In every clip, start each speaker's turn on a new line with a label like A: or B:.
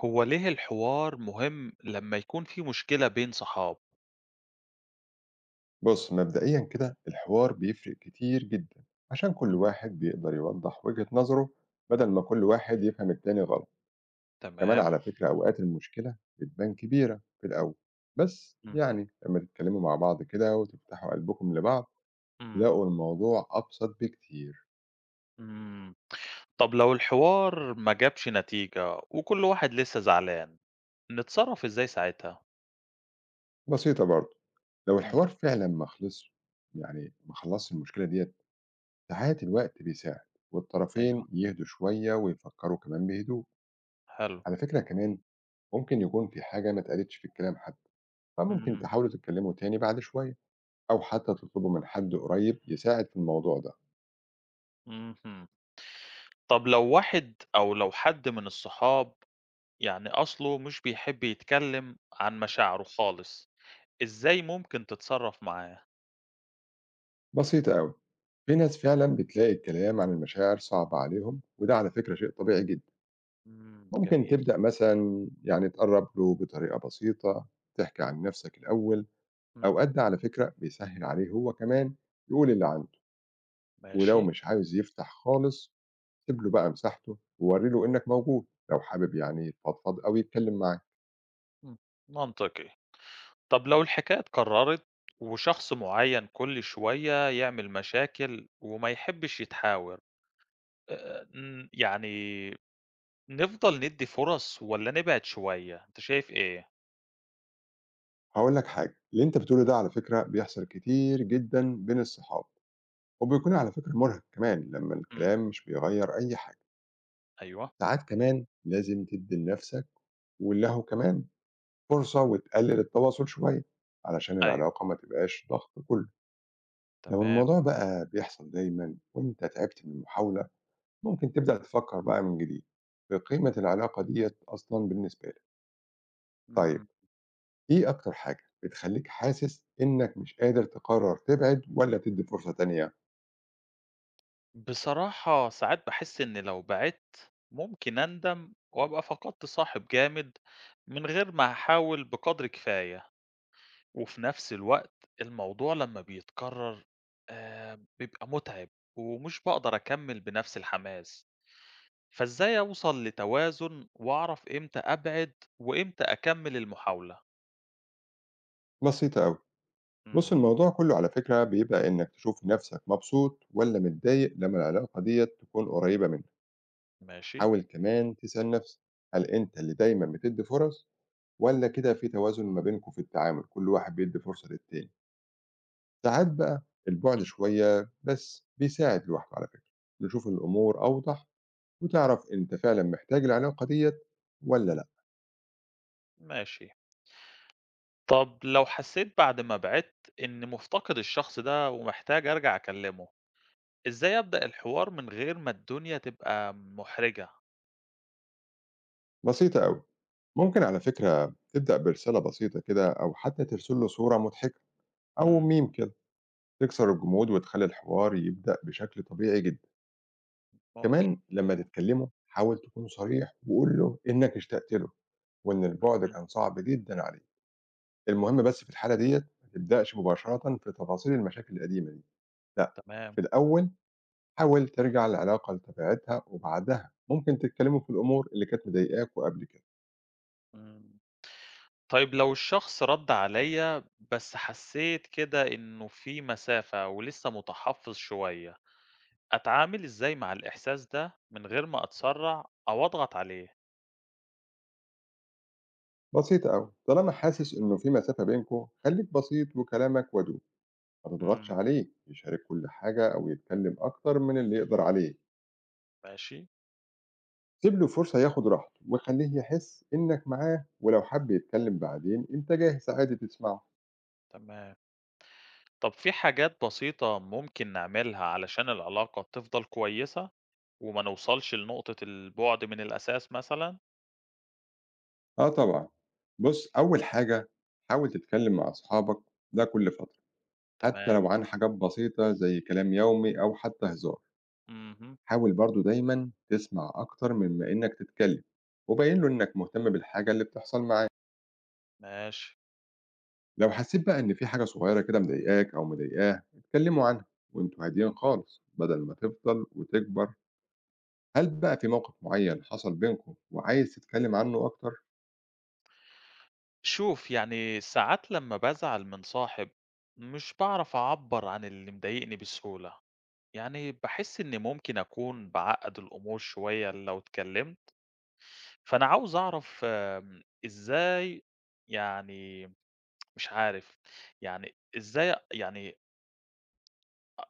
A: هو ليه الحوار مهم لما يكون في مشكلة بين صحاب؟
B: بص، مبدئيا كده الحوار بيفرق كتير جدا، عشان كل
A: إمم.
B: واحد بيقدر يوضح وجهة نظره بدل ما كل واحد يفهم التاني غلط. كمان
A: تمام.
B: على فكرة أوقات المشكلة بتبان كبيرة في الأول، بس
A: إمم،
B: يعني لما تتكلموا مع بعض كده وتفتحوا قلبكم لبعض
A: إمم،
B: تلاقوا الموضوع أبسط بكتير.
A: إمم. طب لو الحوار ما جابش نتيجة وكل واحد لسه زعلان، نتصرف إزاي ساعتها؟
B: بسيطة برضه، لو
A: إمم.
B: الحوار فعلا ما خلصش، يعني ما خلصش المشكلة ديت، ساعات الوقت بيساعد،
A: أيوه،
B: والطرفين يهدوا شوية ويفكروا كمان بهدوء.
A: حلو.
B: على فكرة كمان ممكن يكون في حاجة ما اتقالتش في الكلام حتى، فممكن
A: إمم،
B: تحاولوا تتكلموا تاني بعد شوية، أو حتى تطلبوا من حد قريب يساعد في الموضوع ده.
A: اهم. طب لو واحد أو لو حد من الصحاب يعني أصله مش بيحب يتكلم عن مشاعره خالص، إزاي ممكن تتصرف معاه؟
B: بسيطة أوي، في ناس فعلا بتلاقي الكلام عن المشاعر صعب عليهم، وده على فكرة شيء طبيعي جدا.
A: إمم،
B: ممكن
A: جميل،
B: تبدأ مثلا تقرب له بطريقة بسيطة، تحكي عن نفسك الأول.
A: إمم.
B: أوقات ده على فكرة بيسهل عليه هو كمان يقول اللي عنده. ولو
A: ماشي،
B: مش عاوز يفتح خالص، سيب له بقى مساحته، ووري له إنك موجود لو حابب يفضفض أو يتكلم معاك.
A: إمم. منطقي. طب لو الحكاية اتكررت وشخص معين كل شوية يعمل مشاكل وما يحبش يتحاور ن يعني نفضل ندّي فرص والّا نبعد شوية، أنت شايف إيه؟
B: هاقول لك حاجة، اللي أنت بتقوله ده على فكرة بيحصل كتير جدًا بين الصحاب، وبيكون على فكرة مرهق كمان لمّا
A: إمم،
B: الكلام مش بيغيّر أي حاجة.
A: أيوه،
B: ساعات كمان لازم تدّي لنفسك وله كمان فرصة، وتقلل التواصل شوية، علشان
A: أيوه،
B: العلاقة ما تبقاش ضغط كُلّه. لو
A: تمام،
B: الموضوع بقى بيحصل دايمًا وأنت تعبت من المحاولة، ممكن تبدأ تفكّر بقى من جديد في قيمة العلاقة ديّة أصلًا بالنسبة لك. طيب،
A: إمم،
B: إيه أكتر حاجة بتخلّيك حاسس إنّك مش قادر تقرّر تبعد والّا تدّي فرصة تانية؟
A: بصراحة ساعات باحس إن لو بعدت ممكن أندم وأبقى فقدت صاحب جامد من غير ما أحاول بقدر كفاية. وفي نفس الوقت الموضوع لمّا بيتكرر بيبقى مُتعِب ومش باقدر أكمّل بنفس الحماس، فإزاي أوصل لتوازن وأعرف إمتى أبعد وإمتى أكمّل المحاولة؟
B: بسيطة أوي. بُص،
A: إمم،
B: الموضوع كلّه على فكرة بيبقى إنّك تشوف نَفْسك مبسوط والّا متضايق لمّا العلاقة ديّة تكون قريّبة منك.
A: ماشي،
B: حاول كمان تسأل نَفْسك، هل أنت اللي دايمًا بتدّي فرص، والّا كده في توازن ما بينكم في التعامل، كل واحد بيدّي فرصة للتاني. ساعات بقى البُعد
A: إمم،
B: شوية بس بيساعد لوحده على فكرة، نشوف الأمور أوضح، وتعرف أنت فعلًا محتاج العلاقة ديّة والّا
A: إمم،
B: لأ.
A: ماشي. طَب لو حسّيت بعد ما بعدت إنّي مُفتقد الشخص ده ومحتاج أرجع أكلّمه، إزاي أبدأ الحوار من غير ما الدنيا تبقى مُحرجة؟
B: بسيطة أوي. ممكن على فكرة تبدأ برسالة بسيطة كده، أو حتى ترسل له صورة مضحكة أو
A: إمم،
B: ميم كده، تكسر الجمود وتخلي الحوار يبدأ بشكل طبيعي جدا.
A: ممكن،
B: كمان لما تتكلموا حاول تكون صريح وقول له إنك اشتقت له، وإن البعد
A: اهم،
B: كان صعب جدا عليه. المهم بس في الحالة ديت، ما تبدأش مباشرة في تفاصيل المشاكل القديمة دي، لا. في
A: تمام،
B: الأول حاول ترجع العلاقة لطبيعتها، وبعدها ممكن تتكلموا في الأمور اللي كانت مضايقاكوا قبل كده.
A: إمم. طيب لو الشخص رَد عليَّ بس حسيت كده إنه في مسافة ولسه متحفّظ شوية، أتعامل إزاي مع الإحساس ده من غير ما أتسرّع أو أضغط عليه؟
B: بسيطة أوي، طالما حاسس إنه في مسافة بينكم خليك بسيط وكلامك ودود، ما تضغطش
A: إمم،
B: عليه يشارك كل حاجة أو يتكلم أكتر من اللي يقدر عليه.
A: ماشي،
B: سيب له فرصة ياخد راحته، وخليه يحس إنك معاه، ولو حب يتكلم بعدين أنت جاهز عادي تسمعه.
A: تمام. طب في حاجات بسيطة ممكن نعملها علشان العلاقة تفضل كويسة وما نوصلش لنقطة البُعد من الأساس مثلًا؟
B: آه طبعًا. بص، أول حاجة حاول تتكلم مع أصحابك ده كل فترة، حتى
A: تمام،
B: لو عن حاجات بسيطة زي كلام يومي أو حتى هزار.
A: اهم،
B: حاول برضه دايمًا تسمع أكتر مما إنك تتكلم، وبين له إنك مهتم بالحاجة اللي بتحصل معاه.
A: ماشي.
B: لو حسيت بقى إن في حاجة صغيرة كده مضايقاك أو مضايقاه اتكلموا عنها وانتوا هاديين خالص، بدل ما تفضل وتكبر. هل بقى في موقف معين حصل بينكم وعايز تتكلم عنه أكتر؟
A: شوف يعني ساعات لما بازعل من صاحب مش بعرف أعبر عن اللي مضايقني بسهولة، يعني بحس إني ممكن أكون بعقد الأمور شوية لو اتكلمت، فأنا عاوز أعرف إزاي، يعني مش عارف، يعني إزاي، يعني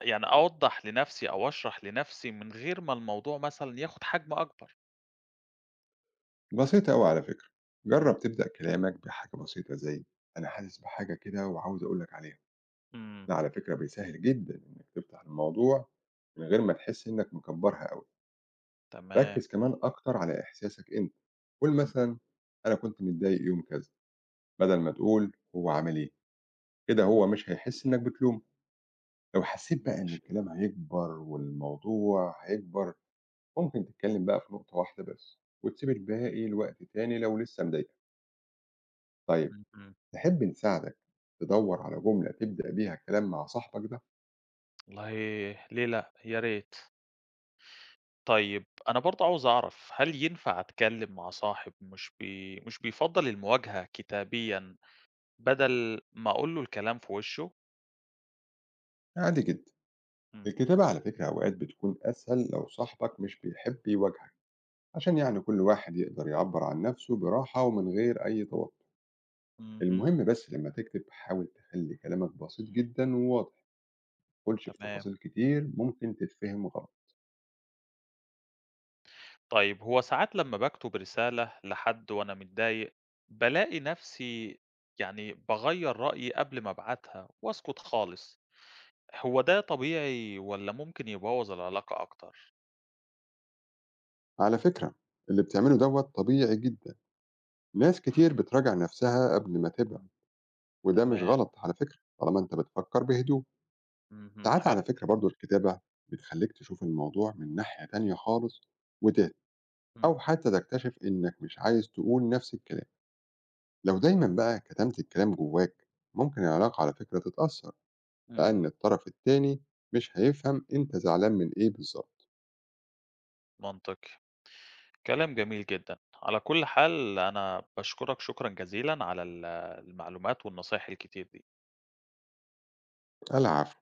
A: يعني أوضح لنفسي أو أشرح لنفسي من غير ما الموضوع مثلا ياخد حجم أكبر.
B: بسيطة أوي على فكرة.
A: مم.
B: جرب تبدأ كلامك بحاجة بسيطة زي: أنا حاسس بحاجة كده وعاوز أقولك عليها.
A: مم.
B: ده على فكرة بيسهل جدا إنك تفتح الموضوع من غير ما تحس إنك مكبرها أوي.
A: تمام.
B: ركز كمان أكتر على إحساسك أنت، قول
A: مم.
B: مثلا: أنا كنت متضايق يوم كذا، بدل ما تقول هو عامل إيه، كده هو مش هيحس إنك بتلومه. لو حسيت بقى إن
A: ماشي.
B: الكلام هيكبر والموضوع هيكبر، ممكن تتكلم بقى في نقطة واحدة بس، وتسيب الباقي لوقت تاني لو لسه مضايقك. طيب،
A: مم. مم.
B: تحب نساعدك تدور على جملة تبدأ بيها الكلام مع صاحبك ده؟
A: والله، ليه لأ، يا ريت. طيب أنا برضه عاوز أعرف هل ينفع أتكلم مع صاحب مش بيفضّل المواجهة كتابيًا بدل ما أقول له الكلام في وشه؟
B: عادي جدا.
A: إمم،
B: الكتابة على فكرة أوقات بتكون أسهل لو صاحبك مش بيحب يواجهك، عشان كل واحد يقدر يعبر عن نفسه براحة ومن غير أي توتر.
A: اهم،
B: المهم بس لما تكتب حاول تخلي كلامك بسيط جدا وواضح. تدخلش في
A: تمام.
B: تفاصيل كتير ممكن تتفهم غلط.
A: طيب هو ساعات لمّا باكتب رسالة لحد وأنا متضايق، بالاقي نفسي يعني باغيّر رأيي قبل ما أبعتها وأسكت خالص، هو ده طبيعي والّا ممكن يبوّظ العلاقة أكتر؟
B: على فكرة اللي بتعمله دوت طبيعي جدا، ناس كتير بتراجع نفسها قبل ما تبدأ،
A: إمم،
B: وده مش
A: تمام،
B: غلط على فكرة طالما انت بتفكر بهدوء.
A: اهم،
B: ساعات على
A: حلو،
B: فكرة برضو الكتابة بتخليك تشوف الموضوع من ناحية تانية خالص وتهدى،
A: إمم،
B: أو حتى تكتشف إنك مش عايز تقول نفس الكلام. لو دايما بقى كتمت الكلام جواك، ممكن العلاقة على فكرة تتأثر،
A: إمم.
B: لأن الطرف التاني مش هيفهم أنت زعلان من إيه بالظبط.
A: منطقي. كلام جميل جدًا. على كل حال أنا باشكرك شكرًا جزيلًا على المعلومات والنصايح الكتير دي.
B: العفو.